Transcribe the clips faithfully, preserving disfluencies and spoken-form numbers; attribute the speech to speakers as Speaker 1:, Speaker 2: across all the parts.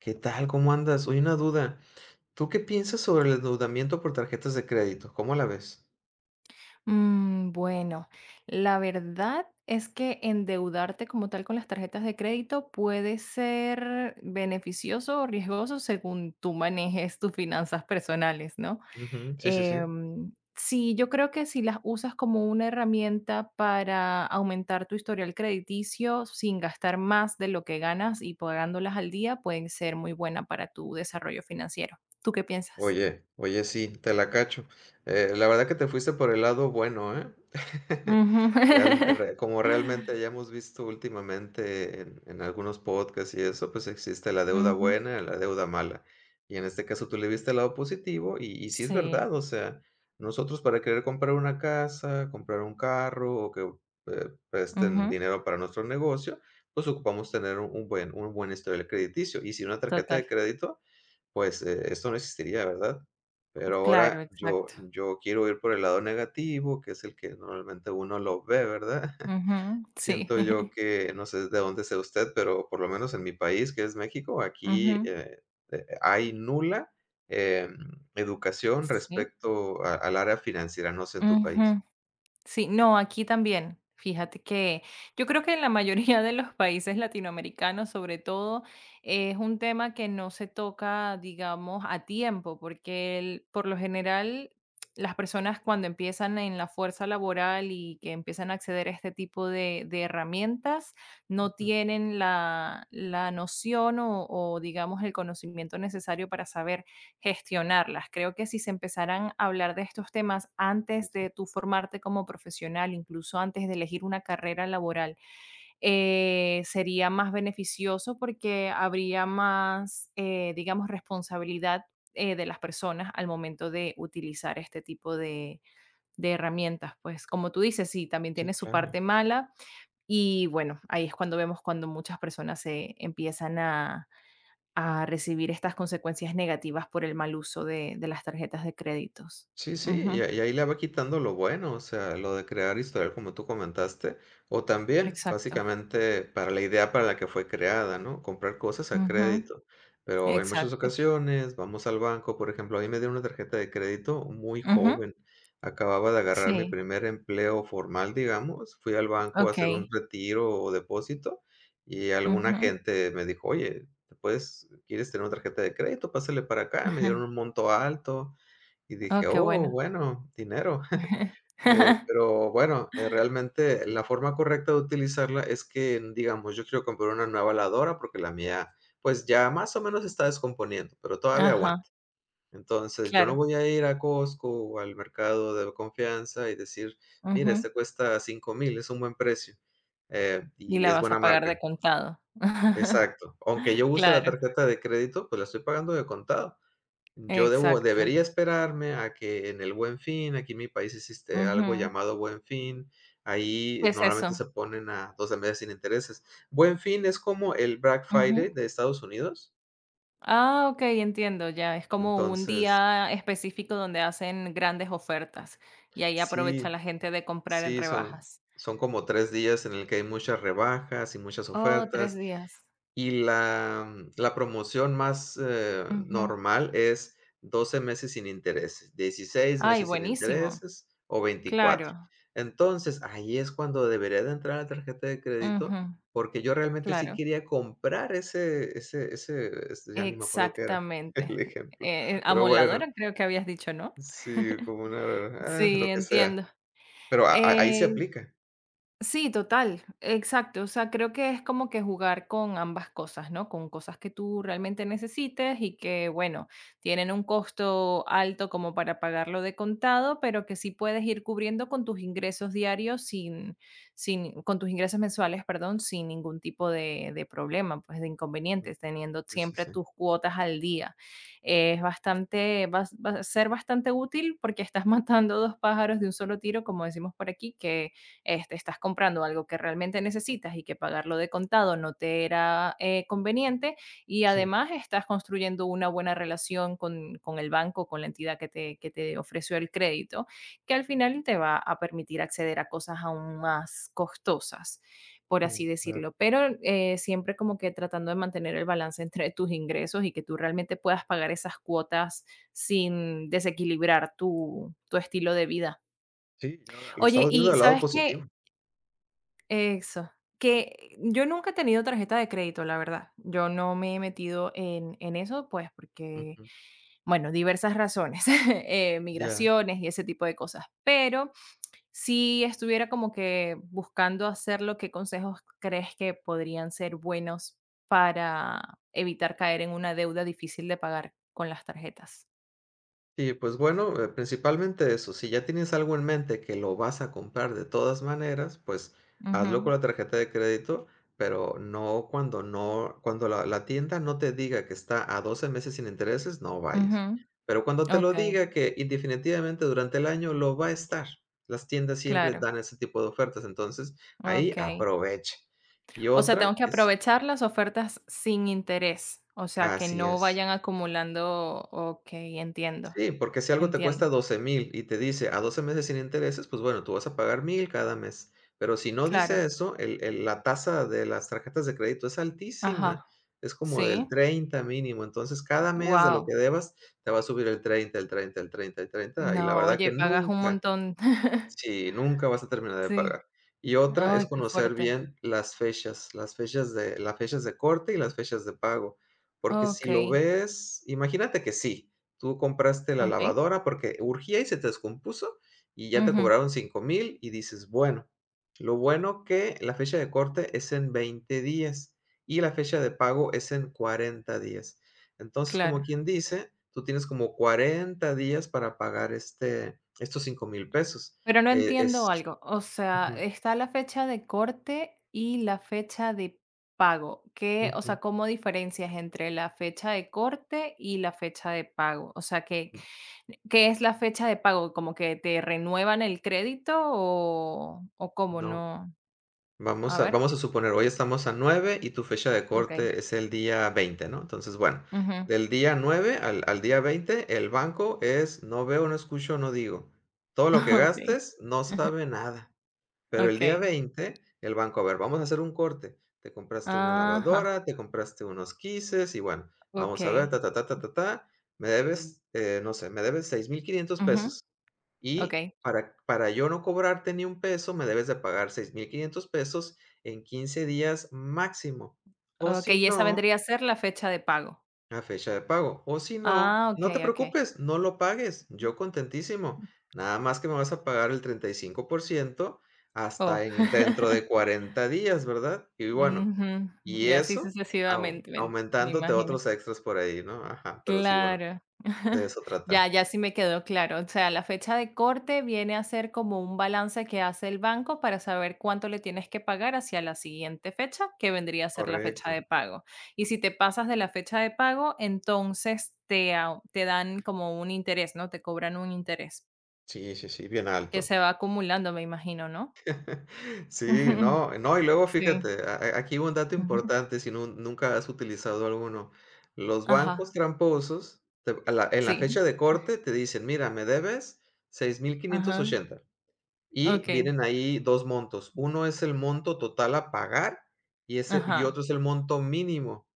Speaker 1: ¿Qué tal? ¿Cómo andas? Oye, una duda. ¿Tú qué piensas sobre el endeudamiento por tarjetas de crédito? ¿Cómo la ves?
Speaker 2: Mm, bueno, la verdad es que endeudarte como tal con las tarjetas de crédito puede ser beneficioso o riesgoso según tú manejes tus finanzas personales, ¿no?
Speaker 1: Ujú. Sí, sí, sí.
Speaker 2: Em, sí, yo creo que si las usas como una herramienta para aumentar tu historial crediticio sin gastar más de lo que ganas y pagándolas al día, pueden ser muy buena para tu desarrollo financiero. ¿Tú qué piensas?
Speaker 1: Oye, oye, sí, te la cacho. Eh, la verdad que te fuiste por el lado bueno, ¿eh?
Speaker 2: Ujú.
Speaker 1: Real- re- como realmente ya hemos visto últimamente en, en algunos podcasts y eso, pues existe la deuda
Speaker 2: Ujú.
Speaker 1: buena y la deuda mala. Y en este caso tú le viste el lado positivo y, y sí es
Speaker 2: Sí.
Speaker 1: verdad. O sea, nosotros, para querer comprar una casa, comprar un carro o que eh, presten
Speaker 2: Ujú,
Speaker 1: dinero para nuestro negocio, pues ocupamos tener un, un buen, un buen historial crediticio. Y si una tarjeta
Speaker 2: total.
Speaker 1: de crédito pues, eh, esto no existiría, ¿verdad? Pero
Speaker 2: Claro,
Speaker 1: ahora yo
Speaker 2: exacto.
Speaker 1: yo quiero ir por el lado negativo, que es el que normalmente uno lo ve, ¿verdad?
Speaker 2: Ujú, sí.
Speaker 1: Siento yo que no sé de dónde sea usted, pero por lo menos en mi país, que es México, aquí,
Speaker 2: Ujú,
Speaker 1: eh, eh, hay nula, em, educación
Speaker 2: sí.
Speaker 1: respecto a al área financiera. No sé en tu país.
Speaker 2: Ujú. Sí, no, aquí también. Fíjate que yo creo que en la mayoría de los países latinoamericanos, sobre todo, es un tema que no se toca, digamos, a tiempo, porque el- por lo general las personas cuando empiezan en la fuerza laboral y que empiezan a acceder a este tipo de, de herramientas, no
Speaker 1: Ujú,
Speaker 2: tienen la, la noción o, o, digamos, el conocimiento necesario para saber gestionarlas. Creo que si se empezaran a hablar de estos temas
Speaker 1: sí,
Speaker 2: antes
Speaker 1: sí.
Speaker 2: de tu formarte como profesional, incluso antes de elegir una carrera laboral, eh, sería más beneficioso porque habría más, eh, digamos, responsabilidad eh, de las personas al momento de utilizar este tipo de, de herramientas. Pues como tú dices, sí, también
Speaker 1: Sí,
Speaker 2: tiene su
Speaker 1: claro.
Speaker 2: parte mala y bueno, ahí es cuando vemos cuando muchas personas se empiezan a a recibir estas consecuencias negativas por el mal uso de de las tarjetas de créditos.
Speaker 1: Sí, sí, y
Speaker 2: Ujú,
Speaker 1: a y ahí le va quitando lo bueno. O sea, lo de crear historial, como tú comentaste, o también,
Speaker 2: exacto.
Speaker 1: básicamente, para la idea para la que fue creada, ¿no? Comprar cosas a
Speaker 2: Ujú,
Speaker 1: crédito. Pero en muchas
Speaker 2: exacto.
Speaker 1: ocasiones vamos al banco. Por ejemplo, a mí me dieron una tarjeta de crédito muy
Speaker 2: Ujú,
Speaker 1: joven. Acababa de agarrar mi
Speaker 2: sí,
Speaker 1: primer empleo formal, digamos. Fui al banco a hacer un
Speaker 2: okey.
Speaker 1: retiro o depósito y alguna
Speaker 2: Ujú,
Speaker 1: gente me dijo: "Oye, ¿te puedes, quieres tener una tarjeta de crédito? Pásale para acá". Me
Speaker 2: ajá.
Speaker 1: dieron un monto alto y
Speaker 2: Oh,
Speaker 1: dije:
Speaker 2: qué
Speaker 1: "Oh,
Speaker 2: bueno.
Speaker 1: bueno, dinero". Eh, pero bueno, eh, realmente la forma correcta de utilizarla es que, digamos, yo quiero comprar una nueva lavadora porque la mía, pues, ya más o menos se está descomponiendo, pero todavía
Speaker 2: Ajá,
Speaker 1: aguanta. Entonces, yo no
Speaker 2: claro.
Speaker 1: voy a ir a Costco o al mercado de confianza y decir: "Mira,
Speaker 2: Ujú.
Speaker 1: este cuesta cinco mil, es un buen precio, eh,
Speaker 2: Y
Speaker 1: y
Speaker 2: la
Speaker 1: es
Speaker 2: vas a
Speaker 1: buena
Speaker 2: pagar de
Speaker 1: marca".
Speaker 2: contado.
Speaker 1: Exacto. Aunque yo use la
Speaker 2: Claro,
Speaker 1: tarjeta de crédito, pues, la estoy pagando de contado. Yo debo
Speaker 2: exacto.
Speaker 1: debería esperarme a que en el Buen Fin. Aquí en mi país existe algo
Speaker 2: Ujú.
Speaker 1: llamado Buen Fin,
Speaker 2: ¿Qué
Speaker 1: ahí
Speaker 2: es
Speaker 1: normalmente
Speaker 2: eso?
Speaker 1: se ponen a doce meses sin intereses. Buen Fin es como el Black Friday de Estados Unidos,
Speaker 2: Ah, ok, entiendo, ya. Es como un
Speaker 1: entonces
Speaker 2: día específico donde hacen grandes ofertas y ahí aprovecha la
Speaker 1: sí,
Speaker 2: gente de comprar en
Speaker 1: sí, son
Speaker 2: rebajas.
Speaker 1: son como tres días en el que hay muchas rebajas y muchas
Speaker 2: Oh, tres
Speaker 1: ofertas.
Speaker 2: días.
Speaker 1: Y la la promoción más, eh,
Speaker 2: Ujú.
Speaker 1: normal es doce meses sin intereses, dieciséis
Speaker 2: Ay,
Speaker 1: meses sin
Speaker 2: buenísimo.
Speaker 1: intereses o veinticuatro.
Speaker 2: Claro.
Speaker 1: Entonces, ahí es cuando debería de entrar la tarjeta de crédito,
Speaker 2: Ujú,
Speaker 1: porque yo realmente sí
Speaker 2: claro.
Speaker 1: quería comprar ese ese ese ese ya ni me acuerdo qué era
Speaker 2: Exactamente.
Speaker 1: el ejemplo,
Speaker 2: Eh, eh,
Speaker 1: pero bueno,
Speaker 2: amoladora, creo que habías dicho, ¿no?
Speaker 1: sí, como una, ah, lo
Speaker 2: Sí,
Speaker 1: que sea,
Speaker 2: entiendo.
Speaker 1: pero a a ahí se
Speaker 2: Eh,
Speaker 1: aplica.
Speaker 2: Sí, total, exacto. O sea, creo que es como que jugar con ambas cosas, ¿no? Con cosas que tú realmente necesites y que, bueno, tienen un costo alto como para pagarlo de contado, pero que sí puedes ir cubriendo con tus ingresos diarios sin, sin, con tus ingresos mensuales, perdón, sin ningún tipo de, de problema, pues de
Speaker 1: Mm,
Speaker 2: inconvenientes, teniendo
Speaker 1: sí, sí,
Speaker 2: siempre
Speaker 1: sí,
Speaker 2: tus cuotas al día. Eh, Es bastante, va, a s- va a ser bastante útil porque estás matando dos pájaros de un solo tiro, como decimos por aquí, que este, estás comprando algo que realmente necesitas y que pagarlo de contado no te era eh, conveniente y
Speaker 1: sí,
Speaker 2: además estás construyendo una buena relación con, con el banco, con la entidad que te, que te ofreció el crédito, que al final te va a permitir acceder a cosas aún más costosas por
Speaker 1: sí,
Speaker 2: así
Speaker 1: claro.
Speaker 2: decirlo, pero eh, siempre como que tratando de mantener el balance entre tus ingresos y que tú realmente puedas pagar esas cuotas sin desequilibrar tu, tu estilo de vida.
Speaker 1: Sí, y ahora lo
Speaker 2: Oye,
Speaker 1: estamos viendo
Speaker 2: y
Speaker 1: del lado
Speaker 2: sabes que
Speaker 1: positivo.
Speaker 2: eso. Que yo nunca he tenido tarjeta de crédito, la verdad. Yo no me he metido en, en eso, pues porque,
Speaker 1: Ujú,
Speaker 2: bueno, diversas razones, eh,
Speaker 1: ya.
Speaker 2: migraciones y ese tipo de cosas. Pero si estuviera como que buscando hacerlo, ¿qué consejos crees que podrían ser buenos para evitar caer en una deuda difícil de pagar con las tarjetas?
Speaker 1: Sí, pues bueno, eh, principalmente eso. Si ya tienes algo en mente que lo vas a comprar de todas maneras, pues hazlo
Speaker 2: Ujú,
Speaker 1: con la tarjeta de crédito, pero no cuando no, cuando la, la tienda no te diga que está a doce meses sin intereses, no
Speaker 2: ujú.
Speaker 1: vayas. Pero cuando te
Speaker 2: Ok,
Speaker 1: lo diga que indefinitivamente durante el año lo va a estar, las tiendas siempre
Speaker 2: claro,
Speaker 1: dan ese tipo de ofertas, entonces ahí
Speaker 2: ok.
Speaker 1: aprovecha. Y
Speaker 2: O sea, tengo
Speaker 1: otra
Speaker 2: que
Speaker 1: es,
Speaker 2: aprovechar las ofertas sin interés, o sea, que
Speaker 1: así
Speaker 2: no
Speaker 1: es.
Speaker 2: vayan acumulando okey, entiendo,
Speaker 1: Sí, porque si algo te
Speaker 2: entiendo.
Speaker 1: cuesta doce mil y te dice a doce meses sin intereses, pues bueno, tú vas a pagar mil cada mes. Pero si no dice
Speaker 2: Claro.
Speaker 1: eso, el el la tasa de las tarjetas de crédito es
Speaker 2: Ajá.
Speaker 1: altísima, es como
Speaker 2: Sí.
Speaker 1: del treinta mínimo. Entonces, cada mes de lo
Speaker 2: Wow.
Speaker 1: que debas te va a subir el treinta, el treinta, el treinta, el treinta, y la
Speaker 2: No,
Speaker 1: verdad
Speaker 2: oye,
Speaker 1: que
Speaker 2: pagas un
Speaker 1: nunca.
Speaker 2: montón.
Speaker 1: Sí, nunca vas a terminar de
Speaker 2: Sí.
Speaker 1: pagar. Y otra es
Speaker 2: Ay, qué
Speaker 1: conocer
Speaker 2: fuerte.
Speaker 1: bien las fechas, las fechas de las fechas de corte y las fechas de pago, porque si
Speaker 2: Okey,
Speaker 1: lo ves, imagínate que sí, tú compraste la
Speaker 2: okey.
Speaker 1: lavadora porque urgía y se te descompuso y ya te
Speaker 2: Ujú.
Speaker 1: cobraron cinco mil y dices, bueno, lo bueno que la fecha de corte es en veinte días y la fecha de pago es en cuarenta días. Entonces, como
Speaker 2: Claro.
Speaker 1: quien dice, tú tienes como cuarenta días para pagar este estos cinco mil pesos.
Speaker 2: Pero no
Speaker 1: Eh,
Speaker 2: entiendo
Speaker 1: es
Speaker 2: algo, o sea,
Speaker 1: ujú,
Speaker 2: está la fecha de corte y la fecha de pago. ¿Qué? O
Speaker 1: ujú,
Speaker 2: sea, ¿cómo diferencias entre la fecha de corte y la fecha de pago? O sea, ¿qué, qué es la fecha de pago? ¿Como que te renuevan el crédito o, o cómo
Speaker 1: no,
Speaker 2: no? A
Speaker 1: vamos a
Speaker 2: ver,
Speaker 1: vamos a suponer, hoy estamos a nueve y tu fecha de
Speaker 2: ok.
Speaker 1: corte es el día veinte, ¿no? Entonces, bueno,
Speaker 2: Ujú,
Speaker 1: del día nueve al al día veinte el banco es no veo, no escucho, no digo. Todo lo que
Speaker 2: Ok.
Speaker 1: gastes no
Speaker 2: Ujú,
Speaker 1: sabe nada, pero el
Speaker 2: Ok.
Speaker 1: día veinte el banco, a ver, vamos a hacer un corte. Te compraste una
Speaker 2: Ajá.
Speaker 1: lavadora, te compraste unos quises y bueno,
Speaker 2: Ok.
Speaker 1: vamos a ver, ta, ta, ta, ta, ta, ta, me debes, eh, no sé, me debes seis mil quinientos
Speaker 2: Ujú,
Speaker 1: pesos.
Speaker 2: Ok.
Speaker 1: Y para para yo no cobrarte ni un peso, me debes de pagar seis mil quinientos pesos en quince días máximo, o
Speaker 2: Ok.
Speaker 1: si
Speaker 2: Y esa
Speaker 1: no,
Speaker 2: vendría a ser la fecha de pago.
Speaker 1: a fecha de pago, o si no,
Speaker 2: Ah, ok,
Speaker 1: no te
Speaker 2: ok.
Speaker 1: preocupes, no lo pagues, yo contentísimo, nada más que me vas a pagar el treinta y cinco por ciento
Speaker 2: Oh.
Speaker 1: hasta en dentro de cuarenta días, ¿verdad? Y bueno,
Speaker 2: Ujú.
Speaker 1: y
Speaker 2: Y así
Speaker 1: eso au
Speaker 2: sucesivamente, me me
Speaker 1: aumentándote
Speaker 2: imagino.
Speaker 1: otros extras por ahí, ¿no? Ajá, pero sí, bueno,
Speaker 2: Claro.
Speaker 1: de eso
Speaker 2: Ya,
Speaker 1: tratan.
Speaker 2: ya sí me quedó claro. O sea, la fecha de corte viene a ser como un balance que hace el banco para saber cuánto le tienes que pagar hacia la siguiente fecha, que vendría a ser la fecha de
Speaker 1: Correcto.
Speaker 2: pago. Y si te pasas de la fecha de pago, entonces te, au- te dan como un interés, ¿no? Te cobran un interés
Speaker 1: Sí, sí, sí, bien
Speaker 2: que
Speaker 1: alto.
Speaker 2: se va acumulando, me imagino, ¿no?
Speaker 1: Sí, no, no, y luego
Speaker 2: Sí.
Speaker 1: fíjate, a- a- aquí un dato
Speaker 2: Ujú.
Speaker 1: importante. Si nu- nunca has utilizado alguno, los bancos
Speaker 2: Ajá.
Speaker 1: tramposos, te- a la- en la
Speaker 2: Sí.
Speaker 1: fecha de corte te dicen: "Mira, me debes seis mil quinientos
Speaker 2: Ajá.
Speaker 1: ochenta y
Speaker 2: Okay,
Speaker 1: vienen ahí dos montos. Uno es el monto total a pagar y, ese, y
Speaker 2: ajá,
Speaker 1: otro es el monto mínimo.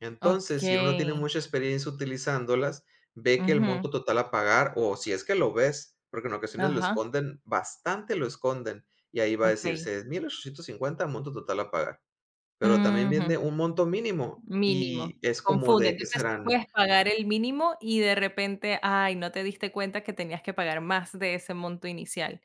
Speaker 1: Entonces, si uno no tiene
Speaker 2: okay,
Speaker 1: mucha experiencia utilizándolas, ve que el
Speaker 2: ujú,
Speaker 1: monto total a pagar, o si es que lo ves, porque en ocasiones lo
Speaker 2: ajá,
Speaker 1: esconden, bastante lo esconden, y ahí va a decir
Speaker 2: okay,
Speaker 1: seis mil ochocientos cincuenta monto total a pagar. Pero también
Speaker 2: ujú,
Speaker 1: viene un monto mínimo
Speaker 2: mínimo,
Speaker 1: y
Speaker 2: se
Speaker 1: es como
Speaker 2: confunde.
Speaker 1: de, ¿qué
Speaker 2: Entonces, tú
Speaker 1: serán?
Speaker 2: puedes pagar el mínimo y de repente, ay, no te diste cuenta que tenías que pagar más de ese monto inicial,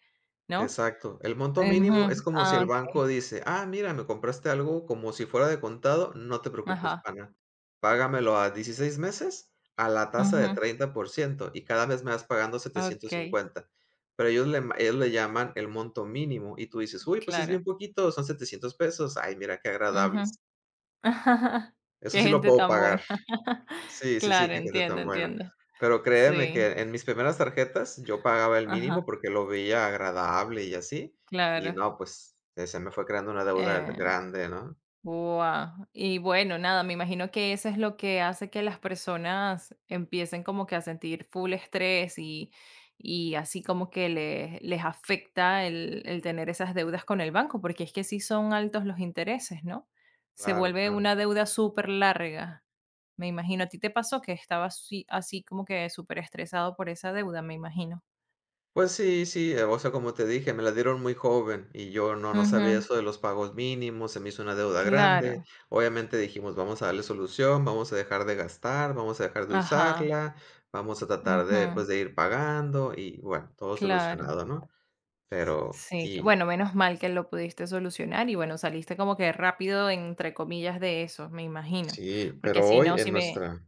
Speaker 2: ¿no?
Speaker 1: Exacto. El monto mínimo
Speaker 2: Ujú,
Speaker 1: es como si
Speaker 2: ah,
Speaker 1: el
Speaker 2: okey,
Speaker 1: banco dice: "Ah, mira, me compraste algo como si fuera de contado, no te preocupes,
Speaker 2: ajá,
Speaker 1: pana. Págamelo a dieciséis meses a la tasa
Speaker 2: ujú,
Speaker 1: de treinta por ciento y cada mes me vas pagando setecientos
Speaker 2: okay,
Speaker 1: cincuenta. Pero ellos le ma ellos le llaman el monto mínimo y tú dices: "Uy, pues es
Speaker 2: claro,
Speaker 1: bien poquito, son setecientos pesos. Ay, mira qué
Speaker 2: ujú.
Speaker 1: agradables. Eso
Speaker 2: Qué
Speaker 1: sí lo
Speaker 2: gente
Speaker 1: puedo
Speaker 2: tan buena.
Speaker 1: pagar". Sí, sí, sí,
Speaker 2: Claro,
Speaker 1: qué gente
Speaker 2: entiendo,
Speaker 1: tan buena.
Speaker 2: entiendo.
Speaker 1: Pero créeme
Speaker 2: Sí,
Speaker 1: que en mis primeras tarjetas yo pagaba el
Speaker 2: ajá,
Speaker 1: mínimo porque lo veía agradable y así, y
Speaker 2: claro,
Speaker 1: no, pues, eh, se me fue creando una deuda
Speaker 2: eh
Speaker 1: grande, ¿no?
Speaker 2: Guau. Y bueno, nada, me imagino que eso es lo que hace que las personas empiecen como que a sentir full estrés y, y así como que les, les afecta el, el tener esas deudas con el banco, porque es que sí son altos los intereses, ¿no? Se
Speaker 1: Claro,
Speaker 2: vuelve
Speaker 1: claro.
Speaker 2: una deuda súper larga. Me imagino, a ti te pasó que estabas así, así como que súper estresado por esa deuda, me imagino.
Speaker 1: Pues sí, sí, eh, o sea, como te dije, me la dieron muy joven y yo no no sabía
Speaker 2: Ujú,
Speaker 1: eso de los pagos mínimos, se me hizo una deuda grande.
Speaker 2: claro.
Speaker 1: Obviamente dijimos: "Vamos a darle solución, vamos a dejar de gastar, vamos a dejar de
Speaker 2: Ajá.
Speaker 1: usarla, vamos a tratar de,
Speaker 2: Ujú,
Speaker 1: pues, de ir pagando", y bueno, todo
Speaker 2: claro.
Speaker 1: solucionado, ¿no? Pero
Speaker 2: Sí, que
Speaker 1: y
Speaker 2: bueno, menos mal que lo pudiste solucionar y bueno, saliste como que rápido, entre comillas, de eso, me imagino,
Speaker 1: sí,
Speaker 2: porque
Speaker 1: pero
Speaker 2: si
Speaker 1: hoy
Speaker 2: no, si
Speaker 1: en
Speaker 2: me
Speaker 1: nuestra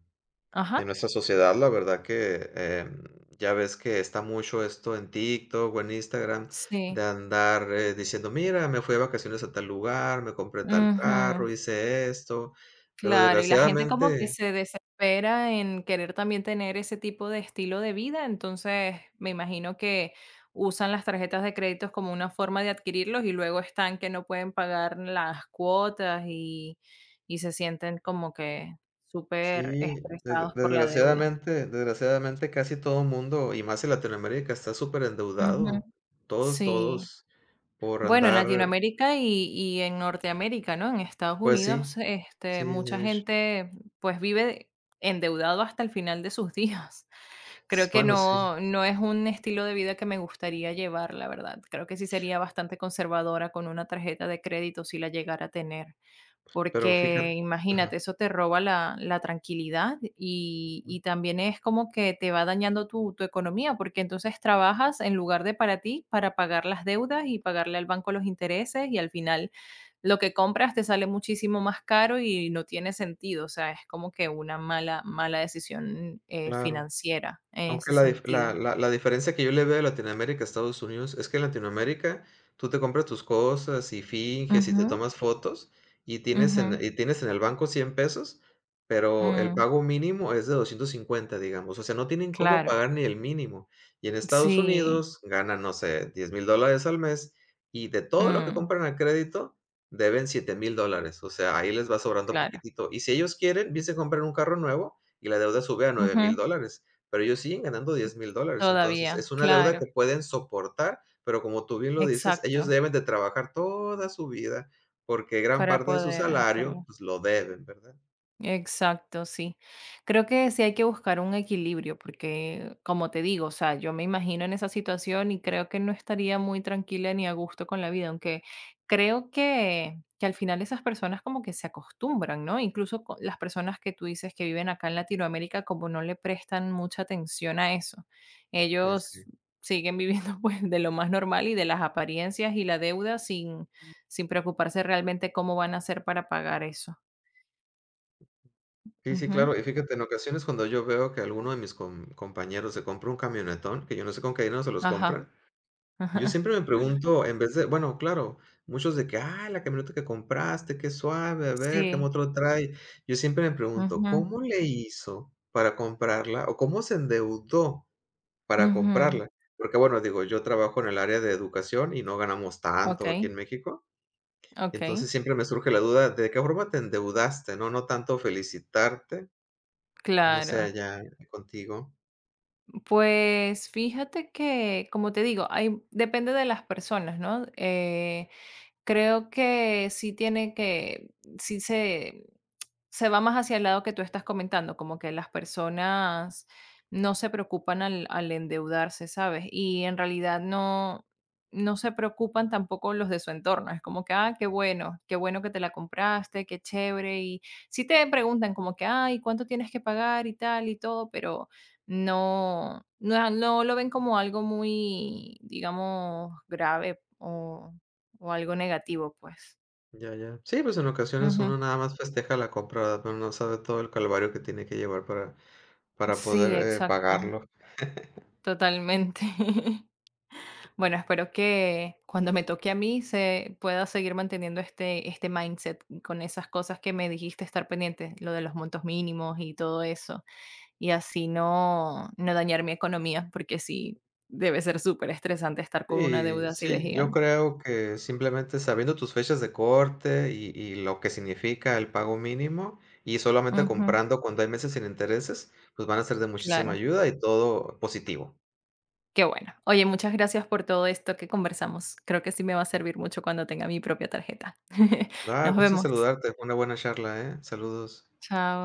Speaker 1: en
Speaker 2: ajá,
Speaker 1: nuestra sociedad, la verdad que, em, ya ves que está mucho esto en TikTok o en Instagram,
Speaker 2: sí,
Speaker 1: de andar, eh, diciendo: "Mira, me fui de vacaciones a tal lugar, me compré tal carro,
Speaker 2: ujú,
Speaker 1: hice esto", pero
Speaker 2: claro, y la gente como que
Speaker 1: desgraciadamente
Speaker 2: se desespera en querer también tener ese tipo de estilo de vida, entonces me imagino que usan las tarjetas de créditos como una forma de adquirirlos y luego están que no pueden pagar las cuotas y y se sienten como que súper
Speaker 1: sí, des
Speaker 2: estresados por la deuda.
Speaker 1: desgraciadamente desgraciadamente casi todo el mundo, y más en Latinoamérica, está súper
Speaker 2: Ujú.
Speaker 1: endeudado. Todos,
Speaker 2: Sí.
Speaker 1: todos por
Speaker 2: Bueno, en
Speaker 1: andar,
Speaker 2: Latinoamérica y y en Norteamérica, ¿no? En Estados
Speaker 1: pues sí,
Speaker 2: Unidos, este,
Speaker 1: sí,
Speaker 2: mucha
Speaker 1: de hecho.
Speaker 2: gente, pues, vive endeudado hasta el final de sus días. Creo
Speaker 1: S
Speaker 2: que
Speaker 1: Bueno, sí,
Speaker 2: no no es un estilo de vida que me gustaría llevar, la verdad. Creo que sí sería bastante conservadora con una tarjeta de crédito si la llegara a tener.
Speaker 1: pero fíjate
Speaker 2: Porque
Speaker 1: ajá.
Speaker 2: imagínate, eso te roba la la tranquilidad y y también es como que te va dañando tu tu economía, porque entonces trabajas en lugar de para ti, para pagar las deudas y pagarle al banco los intereses, y al final lo que compras te sale muchísimo más caro y no tiene sentido. O sea, es como que una mala mala decisión, eh,
Speaker 1: Claro,
Speaker 2: financiera en
Speaker 1: aunque
Speaker 2: ese
Speaker 1: la dif
Speaker 2: sentido.
Speaker 1: la la la diferencia que yo le veo de Latinoamérica a Estados Unidos es que en Latinoamérica tú te compras tus cosas y finges y te
Speaker 2: Ujú,
Speaker 1: tomas fotos y tienes en
Speaker 2: ujú,
Speaker 1: y tienes en el banco cien pesos, pero el
Speaker 2: mm,
Speaker 1: pago mínimo es de doscientos cincuenta, digamos. O sea, no tienen cómo
Speaker 2: claro.
Speaker 1: pagar ni el mínimo. Y en Estados
Speaker 2: Sí,
Speaker 1: Unidos ganan, no sé, diez mil dólares al mes y de todo lo que
Speaker 2: mm,
Speaker 1: compran a crédito deben siete mil dólares. O sea, ahí les va sobrando
Speaker 2: claro.
Speaker 1: poquitito. Y si ellos quieren, bien se compran un carro nuevo y la deuda sube a nueve
Speaker 2: Ujú,
Speaker 1: mil dólares. Pero ellos siguen ganando diez mil dólares, entonces
Speaker 2: todavía,
Speaker 1: es una deuda
Speaker 2: claro.
Speaker 1: que pueden soportar, pero como tú bien lo dices,
Speaker 2: Exacto,
Speaker 1: ellos deben de trabajar toda su vida, porque gran
Speaker 2: para
Speaker 1: parte de su
Speaker 2: poder
Speaker 1: salario,
Speaker 2: hacerlo.
Speaker 1: pues, lo deben, ¿verdad?
Speaker 2: Exacto, sí. Creo que sí hay que buscar un equilibrio, porque como te digo, o sea, yo me imagino en esa situación y creo que no estaría muy tranquila ni a gusto con la vida, aunque creo que, que al final esas personas como que se acostumbran, ¿no? Incluso co- las personas que tú dices que viven acá en Latinoamérica como no le prestan mucha atención a eso.
Speaker 1: Pues sí.
Speaker 2: Ellos siguen viviendo pues de lo más normal y de las apariencias y la deuda sin, sin preocuparse realmente cómo van a hacer para pagar eso.
Speaker 1: Sí, sí,
Speaker 2: Ujú.
Speaker 1: claro. Y fíjate, en ocasiones cuando yo veo que alguno de mis com compañeros se compra un camionetón, que yo no sé con qué dinero se los
Speaker 2: Ajá.
Speaker 1: compran, yo
Speaker 2: ajá,
Speaker 1: siempre me pregunto, en vez de bueno, claro, muchos de que: "Ah, la camioneta que compraste, qué suave, a ver, qué
Speaker 2: sí.
Speaker 1: motor trae". Yo siempre me pregunto,
Speaker 2: Ujú,
Speaker 1: ¿cómo le hizo para comprarla o cómo se endeudó para
Speaker 2: ujú.
Speaker 1: comprarla? Porque, bueno, digo, yo trabajo en el área de educación y no ganamos tanto aquí en
Speaker 2: Okey,
Speaker 1: México.
Speaker 2: okey,
Speaker 1: Entonces, siempre me surge la duda, ¿de qué forma te endeudaste? No, no tanto felicitarte, no sé
Speaker 2: claro.
Speaker 1: allá contigo.
Speaker 2: Pues, fíjate que, como te digo, hay depende de las personas, ¿no? Eh, creo que sí tiene que sí se Se va más hacia el lado que tú estás comentando, como que las personas no se preocupan al al endeudarse, ¿sabes? Y en realidad no no se preocupan tampoco los de su entorno. Es como que: "Ah, qué bueno, qué bueno que te la compraste, qué chévere", y sí te preguntan como que: "Ay, ¿cuánto tienes que pagar?", y tal y todo, pero no no no lo ven como algo muy, digamos, grave o o algo negativo, pues.
Speaker 1: Ya, ya. Sí, pues en ocasiones
Speaker 2: Ujú.
Speaker 1: uno nada más festeja la compra, ¿verdad? Pero no sabe todo el calvario que tiene que llevar para para
Speaker 2: Sí,
Speaker 1: poder, eh,
Speaker 2: exacto.
Speaker 1: pagarlo.
Speaker 2: Totalmente. Bueno, espero que cuando me toque a mí se pueda seguir manteniendo este, este mindset con esas cosas que me dijiste estar pendiente, lo de los montos mínimos y todo eso, y así no, no dañar mi economía, porque sí, debe ser súper estresante estar con una
Speaker 1: Sí,
Speaker 2: deuda así de
Speaker 1: sí, yo
Speaker 2: gigante.
Speaker 1: creo que simplemente sabiendo tus fechas de corte y y lo que significa el pago mínimo, y solamente
Speaker 2: Ujú,
Speaker 1: comprando cuando hay meses sin intereses, pues van a ser de muchísima
Speaker 2: claro,
Speaker 1: ayuda y todo positivo.
Speaker 2: qué bueno. Oye, muchas gracias por todo esto que conversamos. Creo que sí me va a servir mucho cuando tenga mi propia tarjeta.
Speaker 1: Va,
Speaker 2: Nos
Speaker 1: gusto en
Speaker 2: vemos.
Speaker 1: saludarte, fue una buena charla, ¿eh? Saludos.
Speaker 2: Chao.